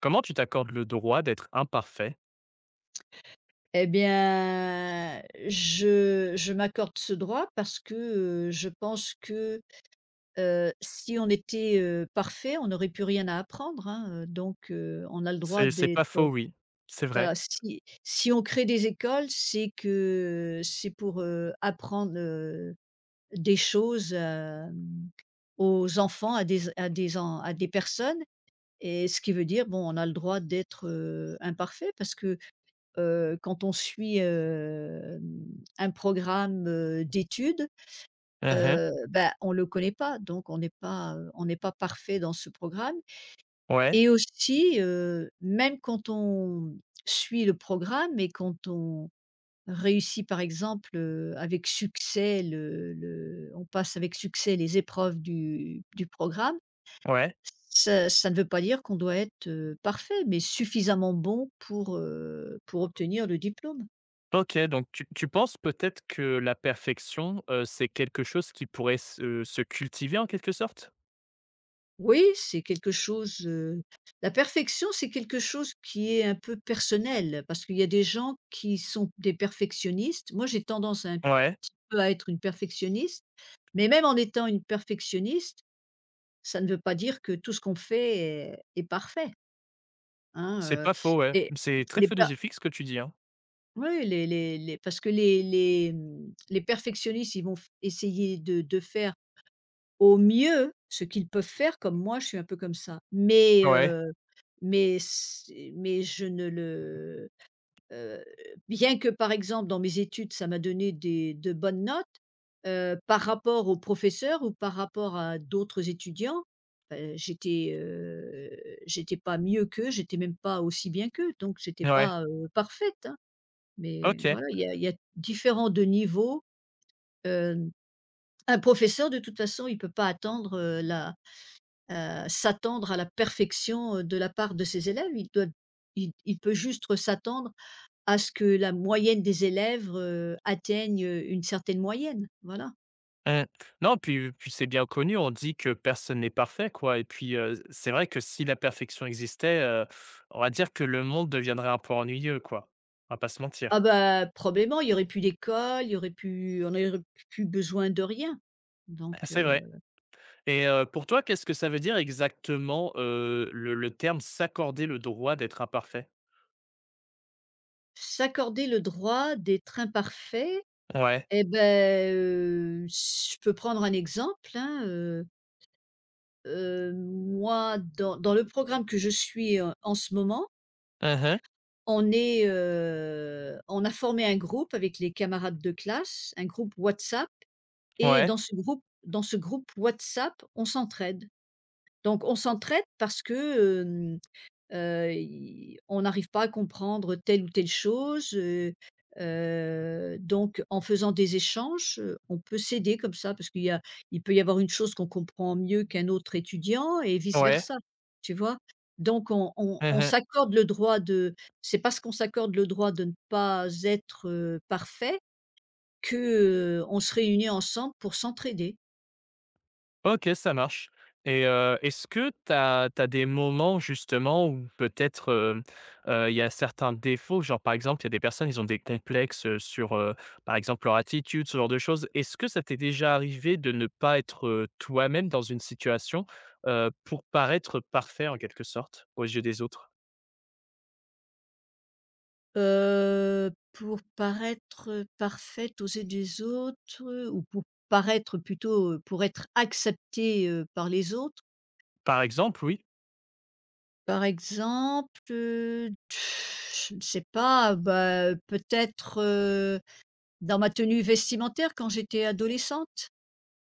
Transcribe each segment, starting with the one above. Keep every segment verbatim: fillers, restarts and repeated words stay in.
Comment tu t'accordes le droit d'être imparfait? Eh bien, je je m'accorde ce droit parce que, heu, je pense que, heu, si on était, heu, parfait, on n'aurait plus rien à apprendre, hein, heu, donc heu, on a le droit C'est c'est d'être, pas euh, faux, oui. C'est voilà, vrai. si si on crée des écoles, c'est que c'est pour, heu, apprendre, heu, des choses, hem, aux enfants, à des à des en à des personnes et ce qui veut dire, bon, on a le droit d'être, heu, imparfait parce que heu, quand on suit, hem, un programme, heu, d'études, Mmh. heu, bah, on ne le connaît pas, donc on n'est pas, heu, on n'est pas parfait dans ce programme Ouais, et aussi, heu, même quand on suit le programme et quand on réussit par exemple, heu, avec succès le le on passe avec succès les épreuves du du programme, ouais. ça ça ne veut pas dire qu'on doit être, heu, parfait, mais suffisamment bon pour, heu, pour obtenir le diplôme. OK, donc tu tu penses peut-être que la perfection, heu, c'est quelque chose qui pourrait se se cultiver en quelque sorte? Oui, c'est quelque chose, heu la perfection, c'est quelque chose qui est un peu personnel, parce qu'il y a des gens qui sont des perfectionnistes. Moi, j'ai tendance un Ouais, petit peu à être une perfectionniste, mais même en étant une perfectionniste, ça ne veut pas dire que tout ce qu'on fait est est parfait, hein, c'est heu, pas faux, ouais. les C'est très les per philosophique ce que tu dis, hein. oui, les les les parce que les les, mmh, les perfectionnistes, ils vont f essayer de de faire au mieux ce qu'ils peuvent faire comme moi je suis un peu comme ça. Mais Ouais, heu, mais c'est mais je ne le heu, bien que par exemple dans mes études ça m'a donné des de bonnes notes, heu, par rapport aux professeurs ou par rapport à d'autres étudiants, heu, j'étais, heu, j'étais pas mieux qu'eux, j'étais même pas aussi bien qu'eux, donc j'étais ouais. pas, heu, parfaite, hein. Mais OK. voilà, il y a il y a différents de niveaux, heu, un professeur de toute façon il peut pas attendre, heu, la s'attendre à la perfection, de la part de ses élèves. Il doit il il peut juste s'attendre à ce que la moyenne des élèves, heu, atteigne, une certaine moyenne, voilà. Mmh. Non, puis puis c'est bien connu, on dit que personne n'est parfait, quoi, et puis, heu, c'est vrai que si la perfection existait, heu, on va dire que le monde deviendrait un peu ennuyeux, quoi. On va pas se mentir. Ah bah, probablement, il y aurait plus d'école, il y aurait plus on n'aurait plus besoin de rien. Donc C'est heu, vrai. Et heu, pour toi, qu'est-ce que ça veut dire exactement, heu, le le terme «s'accorder le droit d'être imparfait»? s'accorder le droit d'être imparfait. Ouais. Et ben, heu, je peux prendre un exemple, hein, heu heu, moi dans dans le programme que je suis, heu, en ce moment, Mmh. on est, heu, on a formé un groupe avec les camarades de classe, un groupe WhatsApp et Ouais. dans ce groupe dans ce groupe WhatsApp, on s'entraide. Donc on s'entraide parce que, Heu, i on n'arrive pas à comprendre telle ou telle chose, heu heu, donc en faisant des échanges, heu, on peut s'aider comme ça parce qu'il y a il peut y avoir une chose qu'on comprend mieux qu'un autre étudiant et vice Ouais. versa, tu vois? Donc on on on Mmh. s'accorde le droit de c'est parce qu'on s'accorde le droit de ne pas être, heu, parfait que, heu, on se réunit ensemble pour s'entraider. OK, ça marche. Et heu, est-ce que tu as des moments justement où peut-être, heu heu, il y a certains défauts, genre par exemple, il y a des personnes, ils ont des complexes, heu, sur, heu, par exemple, leur attitude, ce genre de choses. Est-ce que ça t'est déjà arrivé de ne pas être, heu, toi-même dans une situation, heu, pour paraître parfait en quelque sorte aux yeux des autres? Heu, pour paraître, parfaite aux yeux des autres ou pour paraître plutôt, heu, pour être acceptée, heu, par les autres. Par exemple, oui. Par exemple, heu, je ne sais pas, bah, peut-être, heu, dans ma tenue vestimentaire quand j'étais adolescente.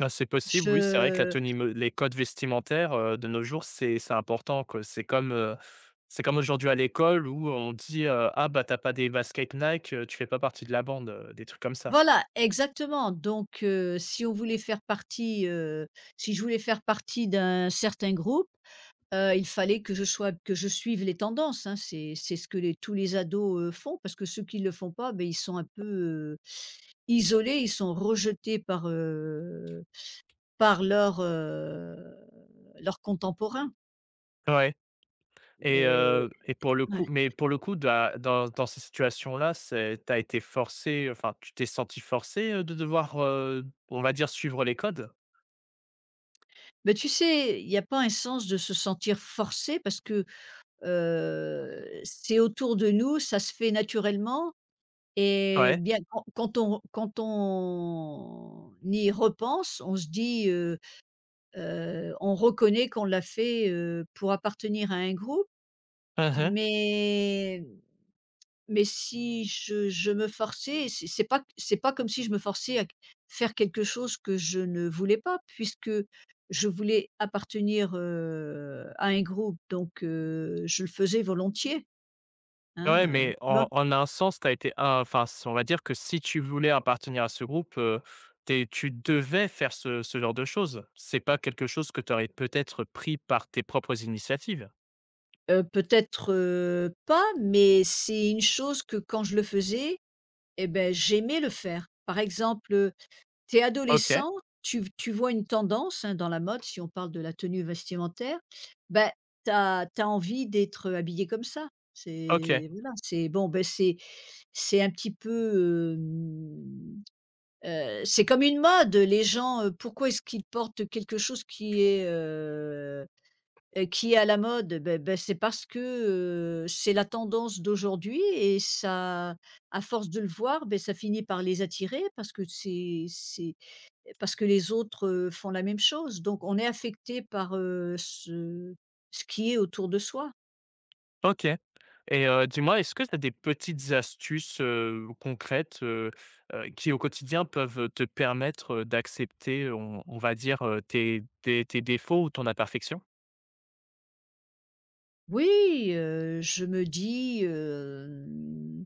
Ah, c'est possible, oui, c'est vrai que la Je tenue mo les codes vestimentaires, heu, de nos jours, c'est c'est important, quoi. C'est comme, heu, c'est comme aujourd'hui à l'école où on dit, heu: «Ah bah, t'as pas des baskets Nike, heu, tu fais pas partie de la bande», heu, des trucs comme ça. Voilà, exactement. Donc, heu, si on voulait faire partie, heu, si je voulais faire partie d'un certain groupe. Heu, il fallait que je sois que je suive les tendances, hein. C'est c'est ce que les tous les ados, heu, font parce que ceux qui ne le font pas, ben ils sont un peu, heu, isolés, ils sont rejetés par, heu, par leurs, heu, leurs contemporains Ouais. Et et heu, et pour le ouais. coup mais pour le coup, da dans dans ces situations-là, c'est, tu été forcé, enfin, tu t'es senti forcé, heu, de devoir, heu, on va dire, suivre les codes? Mais tu sais, il y a pas un sens de se sentir forcé parce que, heu, c'est autour de nous, ça se fait naturellement et Ouais. bien quand quand on quand on y repense, on se dit, Heu, on reconnaît qu'on l'a fait, heu, pour appartenir à un groupe, Mmh. mais mais si je je me forçais, c'est c'est pas c'est pas comme si je me forçais à faire quelque chose que je ne voulais pas puisque je voulais appartenir, heu, à un groupe donc heu, je le faisais volontiers, Ouais, hein, heu, mais tu vois? en en un sens, tu as été un enfin, s on va dire que si tu voulais appartenir à ce groupe, heu, tu tu devais faire ce ce genre de choses. C'est pas quelque chose que tu aurais peut-être pris par tes propres initiatives? Heu, peut-être, heu, pas, mais c'est une chose que quand je le faisais et ben j'aimais le faire. Par exemple, tu es OK, adolescent, tu tu vois une tendance, hein, dans la mode, si on parle de la tenue vestimentaire, ben tu as envie d'être, habillé comme ça. OK, C'est voilà, c'est bon, beh, c'est c'est un petit peu, hem, heu, c'est comme une mode. Les gens, heu, pourquoi est-ce qu'ils portent quelque chose qui est, heu heu, qui est à la mode? Ben beh, c'est parce que, heu, c'est la tendance d'aujourd'hui et ça à force de le voir, ben ça finit par les attirer parce que c'est c'est parce que les autres, heu, font la même chose, donc on est affecté par, heu, ce ce qui est autour de soi. OK. Et heu, dis-moi, est-ce que tu as des petites astuces, heu, concrètes, heu heu, qui au quotidien peuvent te permettre, heu, d'accepter, on on va dire, heu, tes tes tes défauts ou ton imperfection? Oui, heu, je me dis, hem,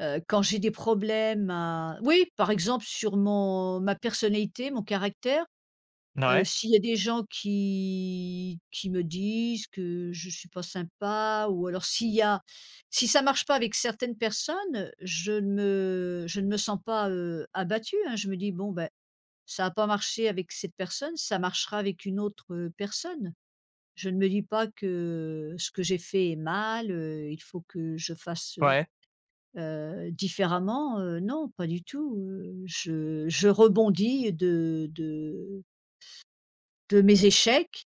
heu, quand j'ai des problèmes à oui, par exemple sur mon ma personnalité, mon caractère, heu, Ouais, s'il y a des gens qui qui me disent que je suis pas sympa ou alors s'il y a si ça marche pas avec certaines personnes, je ne me je ne me sens pas, heu, abattue, hein. Je me dis: «Bon, ben. Ça n'a pas marché avec cette personne, ça marchera avec une autre, heu, personne. Je ne me dis pas que ce que j'ai fait est mal, heu, il faut que je fasse, heu ouais, heu, différemment, heu, non, pas du tout, heu, je je rebondis de de de mes échecs,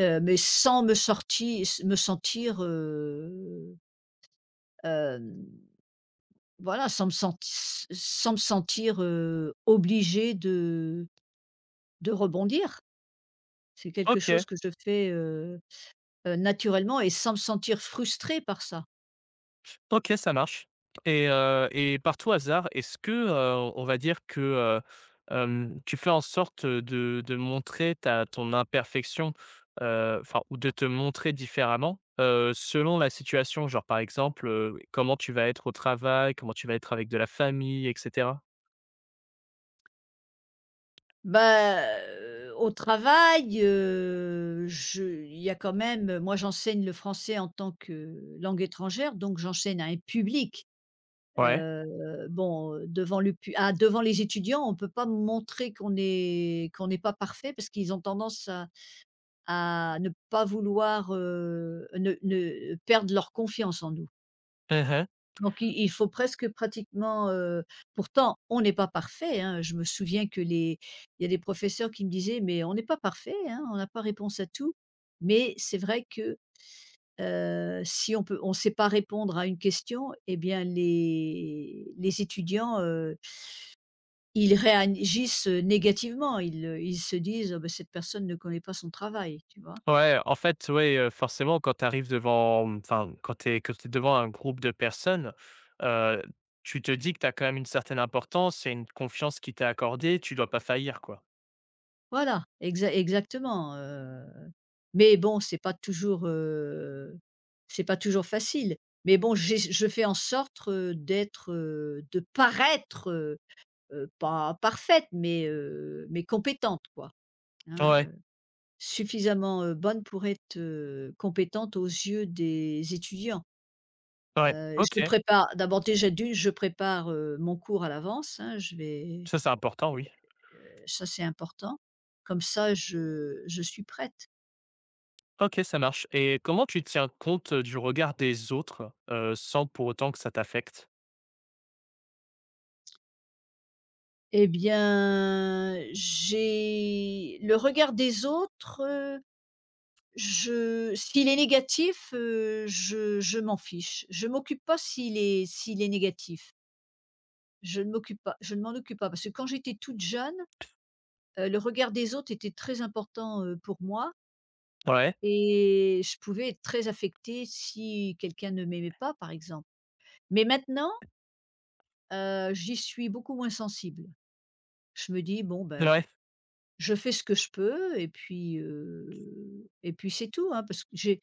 heu, mais sans me sorti me sentir, heu, hem, voilà, sans me senti sans me sentir, heu, obligée de de rebondir. C'est quelque OK. chose que je fais, euh, heu, naturellement et sans me sentir frustrée par ça. OK, ça marche. Et heu, et par tout hasard, est-ce que, heu, on va dire que, heu, hem, tu fais en sorte de de montrer ta ton imperfection, heu, enfin, ou de te montrer différemment, heu, selon la situation? Genre par exemple, heu, oui, comment tu vas être au travail, comment tu vas être avec de la famille, et cetera? Bah, heu, au travail, heu, je il y a quand même moi j'enseigne le français en tant que langue étrangère, donc j'enseigne à un public. Ouais. Heu, bon, devant le pu ah devant les étudiants, on peut pas montrer qu'on est qu'on n'est pas parfait parce qu'ils ont tendance à à ne pas vouloir, heu, ne ne perdre leur confiance en nous. Mmh mh. Donc il il faut presque pratiquement, heu pourtant on n'est pas parfait, hein. Je me souviens que les il y a des professeurs qui me disaient: «Mais on n'est pas parfait, hein, on n'a pas réponse à tout». Mais c'est vrai que, heu, si on peut on sait pas répondre à une question et bien les les étudiants, heu, ils réagissent négativement. Ils, ils se disent: «Ah bah, cette personne ne connaît pas son travail», tu vois? Ouais, en fait, ouais, heu, forcément quand tu arrives devant, mmh, enfin, quand tu es quand tu es devant un groupe de personnes, heu, tu te dis que tu as quand même une certaine importance, il y a une confiance qui t'est accordée, tu dois pas faillir, quoi. Voilà, exa exactement, heu, mais bon, c'est pas toujours, heu, c'est pas toujours facile. Mais bon, j'ess je fais en sorte, heu, d'être, heu, de paraître, heu heu, pas parfaite, mais heu, mais compétente quoi, hein, Ouais, heu, suffisamment, heu, bonne pour être, heu, compétente aux yeux des étudiants. ouais, Heu, je OK. prépare d'abord déjà d'une, je prépare, heu, mon cours à l'avance, hein, je vais, Ça, c'est important, oui. heu, ça c'est important. Comme ça je je suis prête. OK, ça marche. Et comment tu tiens compte, heu, du regard des autres, heu, sans pour autant que ça t'affecte? Eh bien, j'ai le regard des autres, heu, je s'il est négatif, heu, je je m'en fiche. Je m'occupe pas s'il est s'il est négatif. Je ne m'occupe pas je ne m'en occupe pas parce que quand j'étais toute jeune, heu, le regard des autres était très important, heu, pour moi Ouais, et je pouvais être très affectée si quelqu'un ne m'aimait pas, par exemple. Mais maintenant, heu, j'y suis beaucoup moins sensible. Je me dis: «Bon, ben. ouais. Je fais ce que je peux et puis, heu et puis c'est tout, hein, parce que j'ai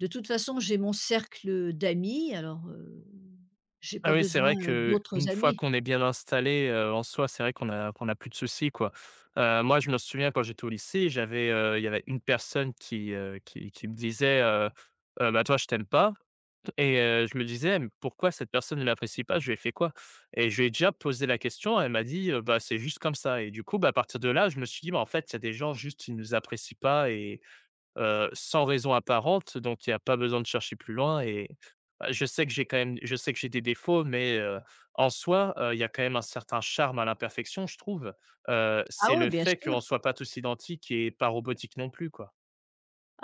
de toute façon, j'ai mon cercle d'amis, alors, heu, j'ai Ah pas oui, c'est besoin, vrai heu, que d'autres une fois amis. qu'on est bien installé, heu, en soi, c'est vrai qu'on a qu'on a plus de soucis, quoi. Heu, moi, je me souviens quand j'étais au lycée, j'avais, heu, il y avait une personne qui, heu, qui qui me disait, heu: «Heu, bah, toi, je t'aime pas», et heu, je me disais: «Mais pourquoi cette personne ne l'apprécie pas? Je lui ai fait quoi?» Et je lui ai déjà posé la question, elle m'a dit: «Heu, bah, c'est juste comme ça», et du coup, bah, à partir de là, je me suis dit: «Bah, en fait, il y a des gens, juste, ils nous apprécient pas», et heu, sans raison apparente, donc il y a pas besoin de chercher plus loin. Et bah, je sais que j'ai quand même je sais que j'ai des défauts, mais heu, en soi, heu, il y a quand même un certain charme à l'imperfection, je trouve. Heu, Ah C'est oui, le bien fait qu'on sûr. ne soit pas tous identiques et pas robotiques non plus, quoi.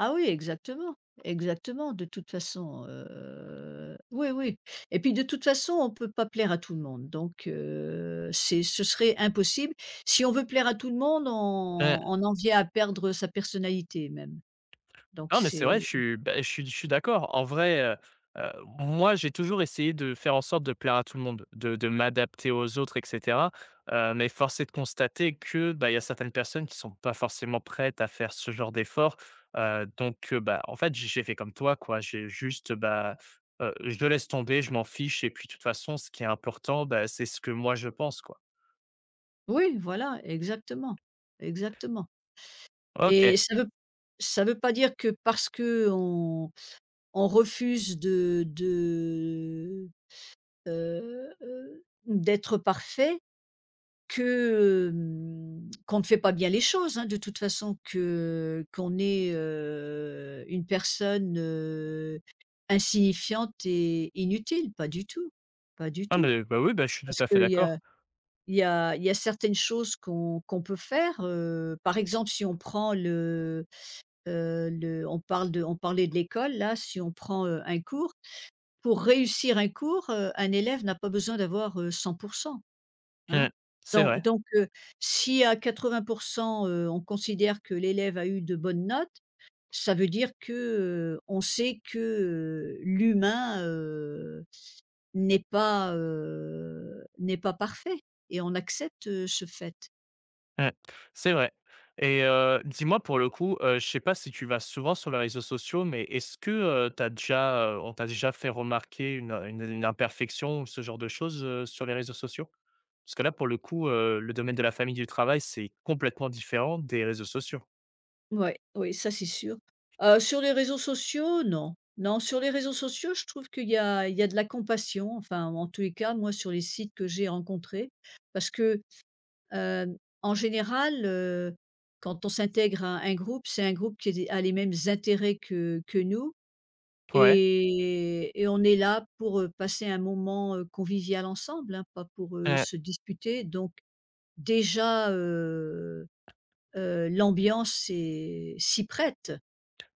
Ah oui, exactement, exactement, de toute façon, heu, oui, oui et puis de toute façon, on ne peut pas plaire à tout le monde, donc, heu, c'est ce serait impossible. Si on veut plaire à tout le monde, on Mmh. on en vient à perdre sa personnalité même, donc Non, mais c'est vrai, c'est je suis bah, je suis je suis d'accord. En vrai, heu heu, moi, j'ai toujours essayé de faire en sorte de plaire à tout le monde, de de m'adapter aux autres, et cetera, heu, mais force est de constater que, bah, il y a certaines personnes qui sont pas forcément prêtes à faire ce genre d'effort, heu, donc heu, bah, en fait, j'ai j'ai fait comme toi, quoi. J'ai juste, bah, heu, je le laisse tomber, je m'en fiche, et puis de toute façon, ce qui est important, bah, c'est ce que moi je pense, quoi. oui, voilà, exactement, exactement. OK. Et ça veut ça veut pas dire que parce que on on refuse de de, heu heu, d'être parfait que, hem, qu'on ne fait pas bien les choses, hein, de toute façon, que qu'on est, heu, une personne, heu, insignifiante et inutile. Pas du tout, pas du Ah tout. mais bah, oui, bah, je suis tout Parce à fait qu'il y a d'accord. il y a il y a certaines choses qu'on qu'on peut faire, heu, par exemple, si on prend le heu, le on parle de on parlait de l'école là, si on prend, heu, un cours, pour réussir un cours, heu, un élève n'a pas besoin d'avoir, heu, cent hein? Mmh. C'est Don vrai. donc heu, si à quatre-vingts heu, on considère que l'élève a eu de bonnes notes, ça veut dire que, heu, on sait que, heu, l'humain, heu, n'est pas, heu, n'est pas parfait et on accepte, heu, ce fait. Mmh. C'est vrai. Et heu, dis-moi pour le coup, heu, je sais pas si tu vas souvent sur les réseaux sociaux, mais est-ce que, heu, tu as déjà, heu, on t'a déjà fait remarquer une, une une imperfection ou ce genre de choses, heu, sur les réseaux sociaux? Parce que là, pour le coup, heu, le domaine de la famille, du travail, c'est complètement différent des réseaux sociaux. Ouais, oui, ça c'est sûr. Heu, sur les réseaux sociaux, non. Non, sur les réseaux sociaux, je trouve qu'il y a il y a de la compassion, enfin, en tous les cas, moi, sur les sites que j'ai rencontrés. Parce que, hem, en général, heu, quand on s'intègre à un groupe, c'est un groupe qui est a les mêmes intérêts que que nous Ouais. et et on est là pour, heu, passer un moment, heu, convivial ensemble, hein, pas pour, heu, Mmh. se disputer. Donc déjà, heu heu, l'ambiance est s'y prête.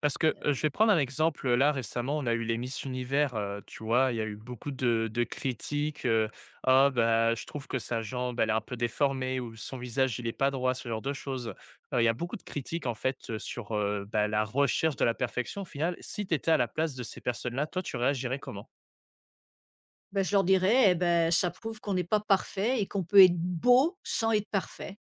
Parce que, heu, je vais prendre un exemple, là, récemment, on a eu les Miss Univers, heu, tu vois? Il y a eu beaucoup de de critiques, heu: «Ah bah, je trouve que sa jambe, elle est un peu déformée», ou «Son visage, il est pas droit», ce genre de choses. Heu, il y a beaucoup de critiques, en fait, heu, sur, heu, bah, la recherche de la perfection, au final. Si tu étais à la place de ces personnes-là, toi, tu réagirais comment? Ben je leur dirais, eh beh, ça prouve qu'on n'est pas parfait et qu'on peut être beau sans être parfait.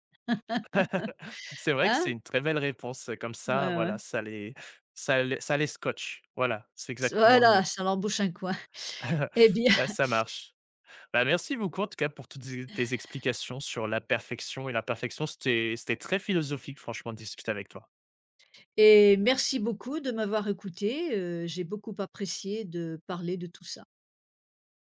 C'est vrai que c'est Hein? une très belle réponse, comme Ouais, ça, ouais. voilà, ça les ça les ça les scotche. Voilà, c'est exactement le Voilà, mot. ça leur bouche un coin. Eh bien, Bah, ça marche. Bah, merci beaucoup, en tout cas, pour toutes tes tes explications sur la perfection et l'imperfection. C'était c'était très philosophique, franchement, de discuter avec toi. et merci beaucoup de m'avoir écoutée, heu, j'ai beaucoup apprécié de parler de tout ça.